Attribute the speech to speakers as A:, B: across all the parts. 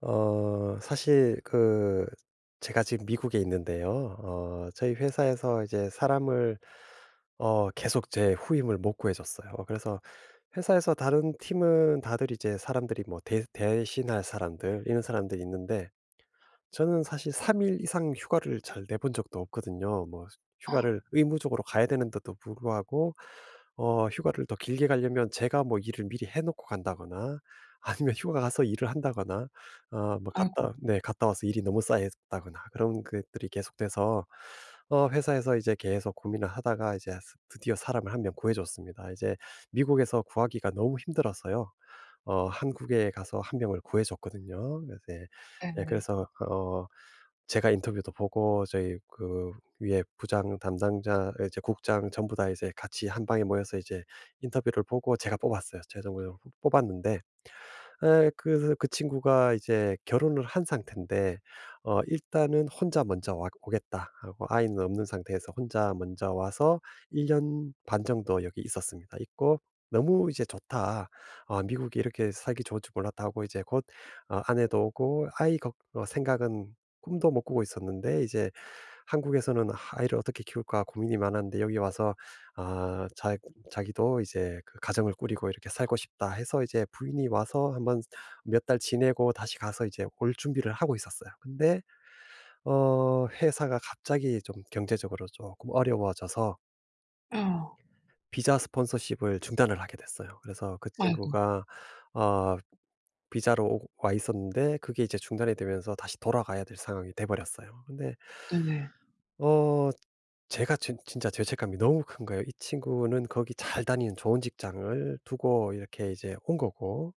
A: 사실 그 제가 지금 미국에 있는데요. 저희 회사에서 이제 사람을, 계속 제 후임을 못 구해 줬어요. 그래서 회사에서 다른 팀은 다들 이제 사람들이 뭐 대 대신할 사람들, 이런 사람들이 있는데, 저는 사실 3일 이상 휴가를 잘 내본 적도 없거든요. 뭐 휴가를 의무적으로 가야 되는데도 불구하고 휴가를 더 길게 가려면 제가 뭐 일을 미리 해 놓고 간다거나, 아니면 휴가 가서 일을 한다거나, 뭐
B: 아이고
A: 갔다, 네, 갔다 와서 일이 너무 쌓였다거나, 그런 것들이 계속돼서 회사에서 이제 계속 고민을 하다가 이제 스 드디어 사람을 한 명 구해 줬습니다. 이제 미국에서 구하기가 너무 힘들어서요. 한국에 가서 한 명을 구해 줬거든요. 그래서 예. 예,
B: 네네.
A: 그래서 제가 인터뷰도 보고, 저희 그 위에 부장 담당자, 예, 이제 국장 전부 다 이제 같이 한 방에 모여서 이제 인터뷰를 보고 제가 뽑았어요. 최종적으로 뽑았는데, 에 그래서 그 친구가 이제 결혼을 한 상태인데, 일단은 혼자 먼저 와 오겠다 하고, 아이는 없는 상태에서 혼자 먼저 와서 1년 반 정도 여기 있었습니다. 있고, 너무 이제 좋다. 아, '미국이 이렇게 살기 좋을 줄 몰랐다.' 하고, 이제 곧 아내도 오고, 아이 걱 생각은 꿈도 못 꾸고 있었는데, 이제 한국에서는 '아이를 어떻게 키울까.' 고민이 많았는데, 여기 와서 아자 자기도 이제 그 가정을 꾸리고 이렇게 살고 싶다 해서, 이제 부인이 와서 한번 몇 달 지내고 다시 가서 이제 올 준비를 하고 있었어요. 근데 회사가 갑자기 좀 경제적으로 조금 어려워져서,
B: 어.
A: 비자 스폰서십을 중단을 하게 됐어요. 그래서 그
B: 아이고
A: 친구가 어 비자로 오 와 있었는데, 그게 이제 중단이 되면서 다시 돌아가야 될 상황이 돼 버렸어요. 근데
B: 네네.
A: 어 제가 진 진짜 죄책감이 너무 큰 거예요. 이 친구는 거기 잘 다니는 좋은 직장을 두고 이렇게 이제 온 거고,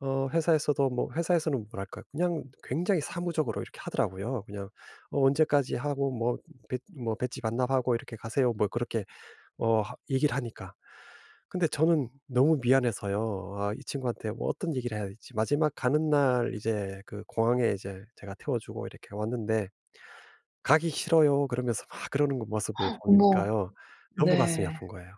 A: 회사에서도 뭐, 회사에서는 뭐랄까 그냥 굉장히 사무적으로 이렇게 하더라고요. 그냥, 언제까지 하고, 뭐 배 뭐 배지 반납하고 이렇게 가세요." 뭐 그렇게 하 얘기를 하니까. 근데 저는 너무 미안해서요. 아, 이 친구한테 뭐 어떤 얘기를 해야 될지, 마지막 가는 날 이제 그 공항에 이제 제가 태워 주고 이렇게 왔는데, "가기 싫어요." 그러면서 막 그러는 거, 모습을
B: 어머.
A: 보니까요. 너무
B: 네.
A: 가슴이 아픈 거예요.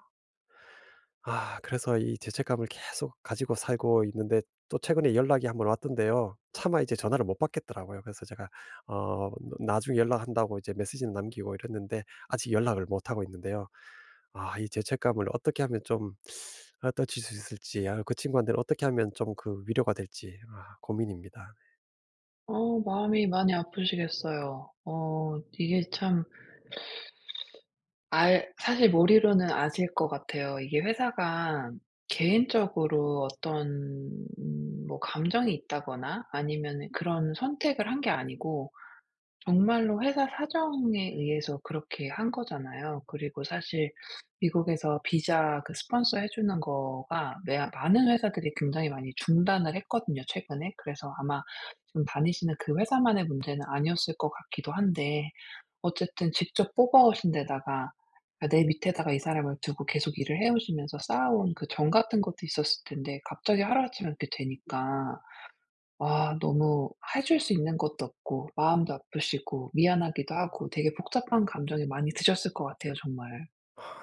A: 아, 그래서 이 죄책감을 계속 가지고 살고 있는데, 또 최근에 연락이 한번 왔던데요. 차마 이제 전화를 못 받겠더라고요. 그래서 제가 어 나중에 연락한다고 이제 메시지는 남기고 이랬는데, 아직 연락을 못 하고 있는데요. 아, 이 죄책감을 어떻게 하면 좀 떨칠 수 있을지, 아, 그 친구한테는 어떻게 하면 좀 그 위로가 될지, 아, 고민입니다.
B: 마음이 많이 아프시겠어요. 이게 참 알 사실 머리로는 아실 것 같아요. 이게 회사가 개인적으로 어떤 뭐 감정이 있다거나 아니면은 그런 선택을 한 게 아니고, 정말로 회사 사정에 의해서 그렇게 한 거잖아요. 그리고 사실 미국에서 비자 그 스폰서 해 주는 거가 매 많은 회사들이 굉장히 많이 중단을 했거든요, 최근에. 그래서 아마 지금 다니시는 그 회사만의 문제는 아니었을 것 같기도 한데, 어쨌든 직접 뽑아 오신 데다가, 그러니까 내 밑에다가 이 사람을 두고 계속 일을 해 오시면서 쌓아온 그 정 같은 것도 있었을 텐데, 갑자기 하루아침에 이렇게 되니까 아 너무 해줄 수 있는 것도 없고, 마음도 아프시고, 미안하기도 하고, 되게 복잡한 감정이 많이 드셨을 것 같아요 정말.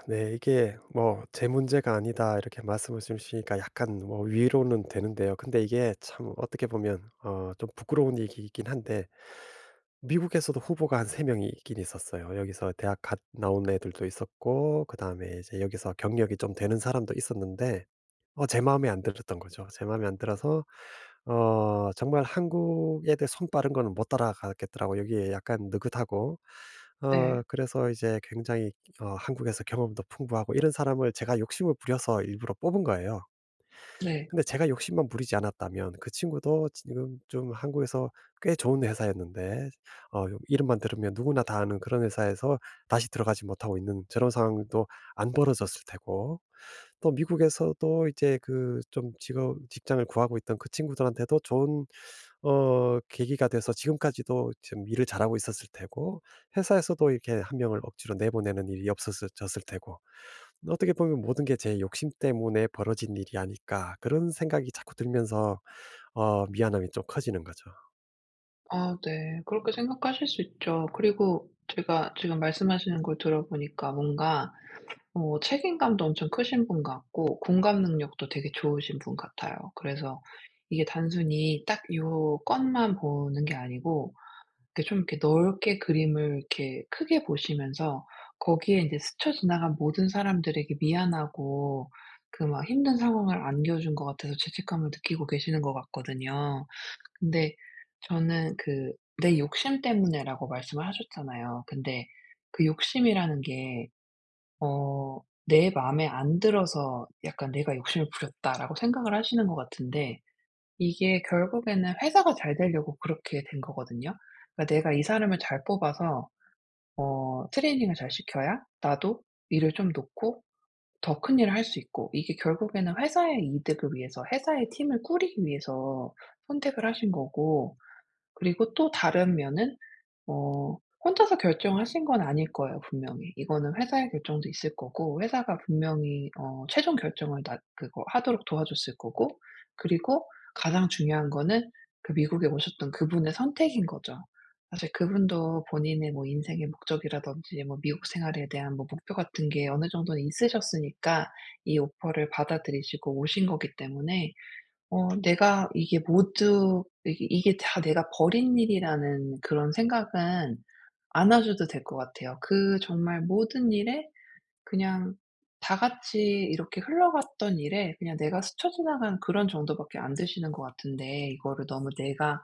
A: 네. 이게 뭐, "제 문제가 아니다." 이렇게 말씀을 주시니까 약간 뭐 위로는 되는데요. 근데 이게 참, 어떻게 보면 좀 부끄러운 얘기이긴 한데, 미국에서도 후보가 한 3 명이 있긴 있었어요. 여기서 대학 갓 나온 애들도 있었고, 그다음에 이제 여기서 경력이 좀 되는 사람도 있었는데, 제 마음에 안 들었던 거죠. 제 마음에 안 들어서 정말 한국 에 대해 손 빠른 거는 못 따라가겠더라고, 여기에 약간 느긋하고.
B: 네.
A: 그래서 이제 굉장히, 한국에서 경험도 풍부하고 이런 사람을 제가 욕심을 부려서 일부러 뽑은 거예요.
B: 네.
A: 근데 제가 욕심만 부리지 않았다면, 그 친구도 지금 좀 한국에서 꽤 좋은 회사였는데, 이름만 들으면 누구나 다 아는 그런 회사에서 다시 들어가지 못하고 있는 저런 상황도 안 벌어졌을 테고, 또 미국에서도 이제 그 좀 직업 직장을 구하고 있던 그 친구들한테도 좋은 계기가 돼서 지금까지도 지금 일을 잘하고 있었을 테고, 회사에서도 이렇게 한 명을 억지로 내보내는 일이 없었을 졌을 테고, 어떻게 보면 '모든 게 제 욕심 때문에 벌어진 일이 아닐까.' 그런 생각이 자꾸 들면서 미안함이 좀 커지는 거죠.
B: 아 네. 그렇게 생각하실 수 있죠. 그리고 제가 지금 말씀하시는 걸 들어보니까, 뭔가 책임감도 엄청 크신 분 같고, 공감 능력도 되게 좋으신 분 같아요. 그래서 이게 단순히 딱 요 건만 보는 게 아니고, 이렇게 좀 이렇게 넓게 그림을 이렇게 크게 보시면서, 거기에 인제 스쳐 지나간 모든 사람들에게 미안하고, 그 막 힘든 상황을 안겨준 것 같아서 죄책감을 느끼고 계시는 것 같거든요. 근데 저는 그 "내 욕심 때문에."라고 말씀을 하셨잖아요. 근데 그 욕심이라는 게 어 내 마음에 안 들어서 약간 '내가 욕심을 부렸다.'라고 생각을 하시는 것 같은데, 이게 결국에는 회사가 잘 되려고 그렇게 된 거거든요. 그러니까 내가 이 사람을 잘 뽑아서 트레이닝을 잘 시켜야 나도 일을 좀 놓고 더 큰 일을 할 수 있고, 이게 결국에는 회사의 이득을 위해서, 회사의 팀을 꾸리기 위해서 선택을 하신 거고, 그리고 또 다른 면은, 어 혼자서 결정하신 건 아닐 거예요, 분명히. 이거는 회사의 결정도 있을 거고, 회사가 분명히 최종 결정을 나 그거 하도록 도와줬을 거고, 그리고 가장 중요한 거는 그 미국에 오셨던 그분의 선택인 거죠. 사실 그분도 본인의 뭐 인생의 목적이라든지, 뭐 미국 생활에 대한 뭐 목표 같은 게 어느 정도는 있으셨으니까, 이 오퍼를 받아들이시고 오신 거기 때문에, 내가 이게 모두 이게 다 내가 벌인 일이라는 그런 생각은 안 하셔도 될 것 같아요. 그 정말 모든 일에, 그냥 다 같이 이렇게 흘러갔던 일에 그냥 내가 스쳐 지나간 그런 정도밖에 안 드시는 것 같은데, 이거를 너무 '내가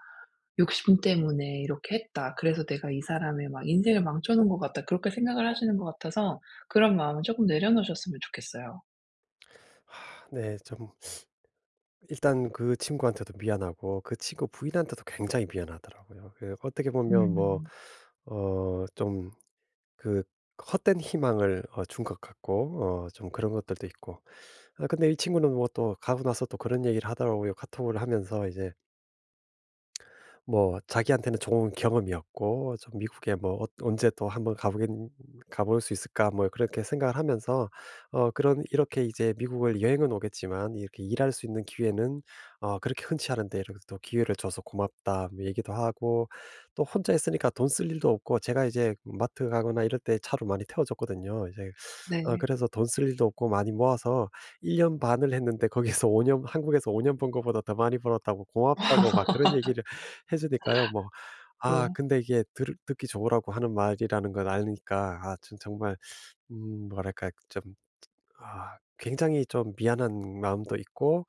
B: 욕심 때문에 이렇게 했다. 그래서 내가 이 사람의 막 인생을 망쳐 놓은 것 같다.' 그렇게 생각을 하시는 것 같아서, 그런 마음을 쪼끔 내려놓으셨으면 좋겠어요.
A: 하, 네, 좀 일단 그 친구한테도 미안하고, 그 친구 부인한테도 굉장히 미안하더라고요. 그 어떻게 보면 뭐,
B: 음.
A: 좀 그 헛된 희망을 준 것 같고, 좀 그런 것들도 있고. 아, 근데 이 친구는 뭐 또 가고 나서 또 그런 얘기를 하더라고요. 카톡을 하면서 이제 뭐 자기한테는 좋은 경험이었고, 좀 '미국에 뭐 언제 또 한번 가보겠 가볼 수 있을까?' 뭐 그렇게 생각을 하면서, 그런 이렇게 이제 미국을 여행은 오겠지만 이렇게 일할 수 있는 기회는 그렇게 흔치 않은데 이렇게 또 기회를 줘서 고맙다, 뭐 얘기도 하고, 또 혼자 있으니까 돈 쓸 일도 없고 제가 이제 마트 가거나 이럴 때 차로 많이 태워 줬거든요. 이제,
B: 네.
A: 그래서 돈 쓸 일도 없고 많이 모아서 1년 반을 했는데, 거기서 5년, 한국에서 5 년 번 거보다 더 많이 벌었다고, 고맙다고 막 그런 얘기를 해 주니까요. 뭐, 아,
B: 네.
A: 근데 이게 들 듣기 좋으라고 하는 말이라는 걸 아니까, 아, 전 정말 뭐랄까 좀, 아, 굉장히 좀 미안한 마음도 있고,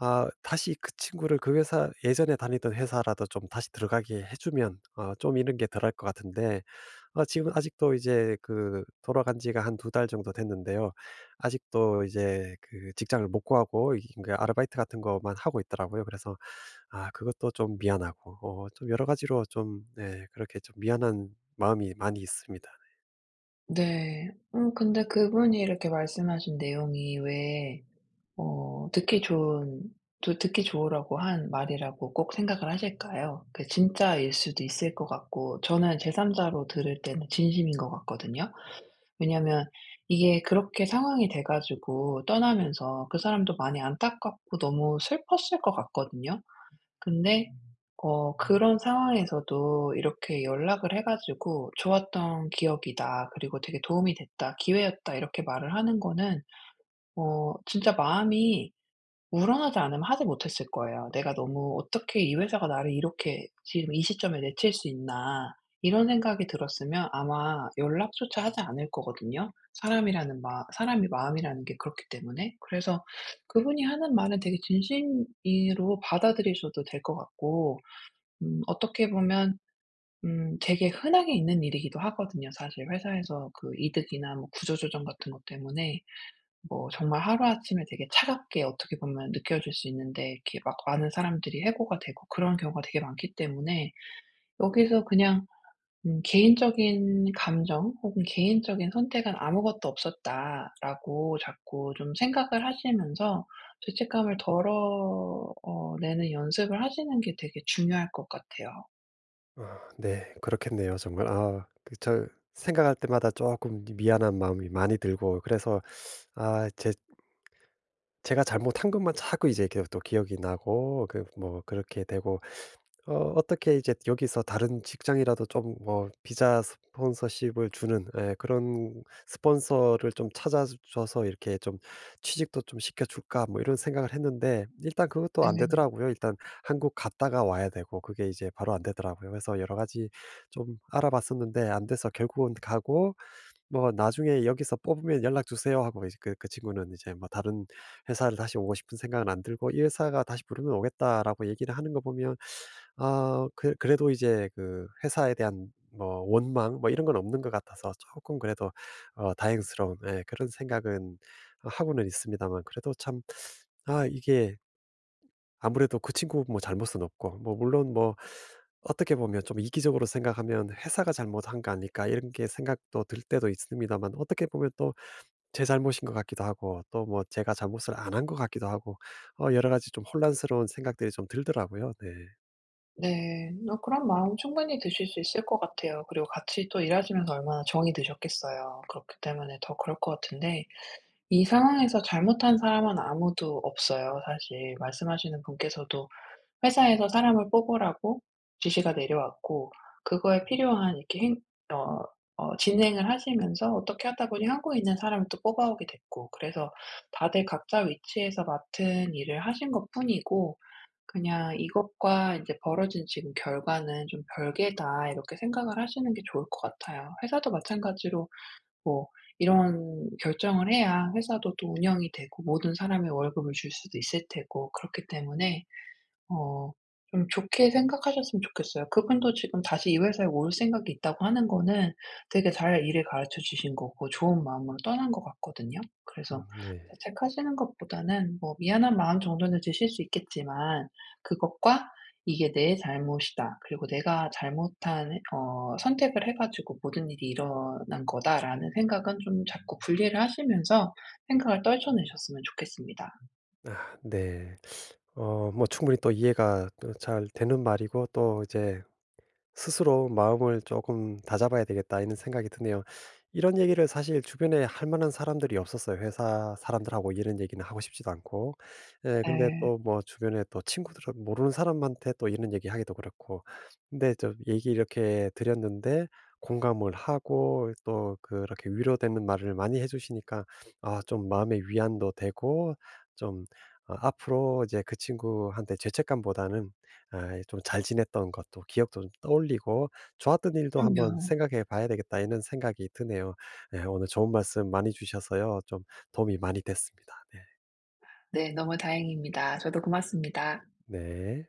A: 아, 다시 그 친구를 그 회사, 예전에 다니던 회사라도 좀 다시 들어가게 해 주면 좀 이런 게 덜할 것 같은데, 아, 지금 아직도 이제 그 돌아간 지가 한 두 달 정도 됐는데요. 아직도 이제 그 직장을 못 구하고 이 그 아르바이트 같은 것만 하고 있더라고요. 그래서 아, 그것도 좀 미안하고, 좀 여러 가지로 좀, 네, 그렇게 좀 미안한 마음이 많이 있습니다.
B: 네. 근데 그분이 이렇게 말씀하신 내용이 왜 듣기 좋은 또 듣기 좋으라고 한 말이라고 꼭 생각을 하실까요? 그 진짜일 수도 있을 것 같고, 저는 제3자로 들을 때는 진심인 것 같거든요. 왜냐면 이게 그렇게 상황이 돼 가지고 떠나면서 그 사람도 많이 안타깝고 너무 슬펐을 것 같거든요. 근데 그런 상황에서도 이렇게 연락을 해 가지고 "좋았던 기억이다.", 그리고 "되게 도움이 됐다. 기회였다." 이렇게 말을 하는 거는, 진짜 마음이 우러나지 않으면 하지 못했을 거예요. '내가 너무 어떻게 이 회사가 나를 이렇게 지금 이 시점에 내칠 수 있나.' 이런 생각이 들었으면 아마 연락조차 하지 않을 거거든요. 사람이 마음이라는 게 그렇기 때문에. 그래서 그분이 하는 말은 되게 진심으로 받아들이셔도 될 것 같고, 어떻게 보면 되게 흔하게 있는 일이기도 하거든요, 사실 회사에서 그 이득이나 뭐 구조조정 같은 것 때문에. 뭐 정말 하루아침에 되게 차갑게 어떻게 보면 느껴질 수 있는데, 이렇게 막 많은 사람들이 해고가 되고 그런 경우가 되게 많기 때문에, 여기서 그냥 개인적인 감정 혹은 개인적인 선택은 아무것도 없었다라고 자꾸 좀 생각을 하시면서 죄책감을 덜어 내는 연습을 하시는 게 되게 중요할 것 같아요.
A: 아, 네, 그렇겠네요, 정말. 아, 그 저 생각할 때마다 조금 미안한 마음이 많이 들고 그래서, 아, 제 제가 잘못한 것만 자꾸 이제 계속 또 기억이 나고, 그 뭐 그렇게 되고, 어떻게 이제 여기서 다른 직장이라도 좀 뭐 비자 스폰서십을 주는, 예, 그런 스폰서를 좀 찾아 줘서 이렇게 좀 '취직도 좀 시켜 줄까?' 뭐 이런 생각을 했는데 일단 그것도 안
B: 네.
A: 되더라고요. 일단 한국 갔다가 와야 되고, 그게 이제 바로 안 되더라고요. 그래서 여러 가지 좀 알아봤었는데 안 돼서 결국은 가고, 뭐 "나중에 여기서 뽑으면 연락 주세요." 하고, 이제 그 친구는 이제 뭐 "다른 회사를 다시 오고 싶은 생각은 안 들고 이 회사가 다시 부르면 오겠다."라고 얘기를 하는 거 보면, 아, 그래도 이제 그 회사에 대한 뭐 원망 뭐 이런 건 없는 것 같아서, 조금 그래도 다행스러운, 예, 그런 생각은 하고는 있습니다만, 그래도 참, 아, 이게 아무래도 그 친구 뭐 잘못은 없고, 뭐 물론 뭐 어떻게 보면 좀 이기적으로 생각하면 '회사가 잘못한 거 아닐까?' 이런 게 생각도 들 때도 있습니다만, 어떻게 보면 또 제 잘못인 것 같기도 하고, 또 뭐 제가 잘못을 안 한 것 같기도 하고, 여러 가지 좀 혼란스러운 생각들이 좀 들더라고요. 네.
B: 네. 그런 마음 충분히 드실 수 있을 것 같아요. 그리고 같이 또 일하시면서 얼마나 정이 드셨겠어요. 그렇기 때문에 더 그럴 것 같은데, 이 상황에서 잘못한 사람은 아무도 없어요 사실. 말씀하시는 분께서도 회사에서 사람을 뽑으라고 지시가 내려왔고, 그거에 필요한 이렇게 행 어 어 진행을 하시면서 어떻게 하다 보니 한국에 있는 사람을 또 뽑아오게 됐고, 그래서 다들 각자 위치에서 맡은 일을 하신 것뿐이고, 그냥 이것과 인제 벌어진 지금 결과는 '좀 별개다.' 이렇게 생각을 하시는 게 좋을 것 같아요. 회사도 마찬가지로 뭐 이런 결정을 해야 회사도 또 운영이 되고, 모든 사람의 월급을 줄 수도 있을 테고, 그렇기 때문에 어. 좀 좋게 생각하셨으면 좋겠어요. 그분도 지금 다시 이 회사에 올 생각이 있다고 하는 거는, 되게 잘 일을 가르쳐 주신 거고 좋은 마음으로 떠난 것 같거든요.
A: 음,
B: 그래서
A: 네.
B: 자책하시는 것보다는 뭐 미안한 마음 정도는 드실 수 있겠지만, 그것과 '이게 내 잘못이다. 그리고 내가 잘못한 선택을 해 가지고 모든 일이 일어난 거다.'라는 생각은 좀 자꾸 분리를 하시면서 생각을 떨쳐내셨으면 좋겠습니다.
A: 네. 뭐 충분히 또 이해가 또잘 되는 말이고, 또 이제 스스로 '마음을 조금 다잡아야 되겠다.' 이런 생각이 드네요. 이런 얘기를 사실 주변에 할 만한 사람들이 없었어요. 회사 사람들하고 이런 얘기는 하고 싶지도 않고. 예, 근데
B: 네.
A: 또 뭐 주변에 또 친구들은 모르는 사람한테 또 이런 얘기하기도 그렇고. 근데 저 얘기 이렇게 드렸는데 공감을 하고 또 그렇게 위로되는 말을 많이 해 주시니까, 아, 좀 마음의 위안도 되고 좀, 아, 앞으로 이제 그 친구한테 죄책감보다는, 아, 예, 좀잘 지냈던 것도 기억도 좀 떠올리고, '좋았던 일도 한번
B: 그럼요.
A: 생각해 봐야 되겠다.' 이런 생각이 드네요. 네, 오늘 좋은 말씀 많이 주셔서요. 좀 도움이 많이 됐습니다. 네.
B: 네. 너무 다행입니다. 저도 고맙습니다.
A: 네.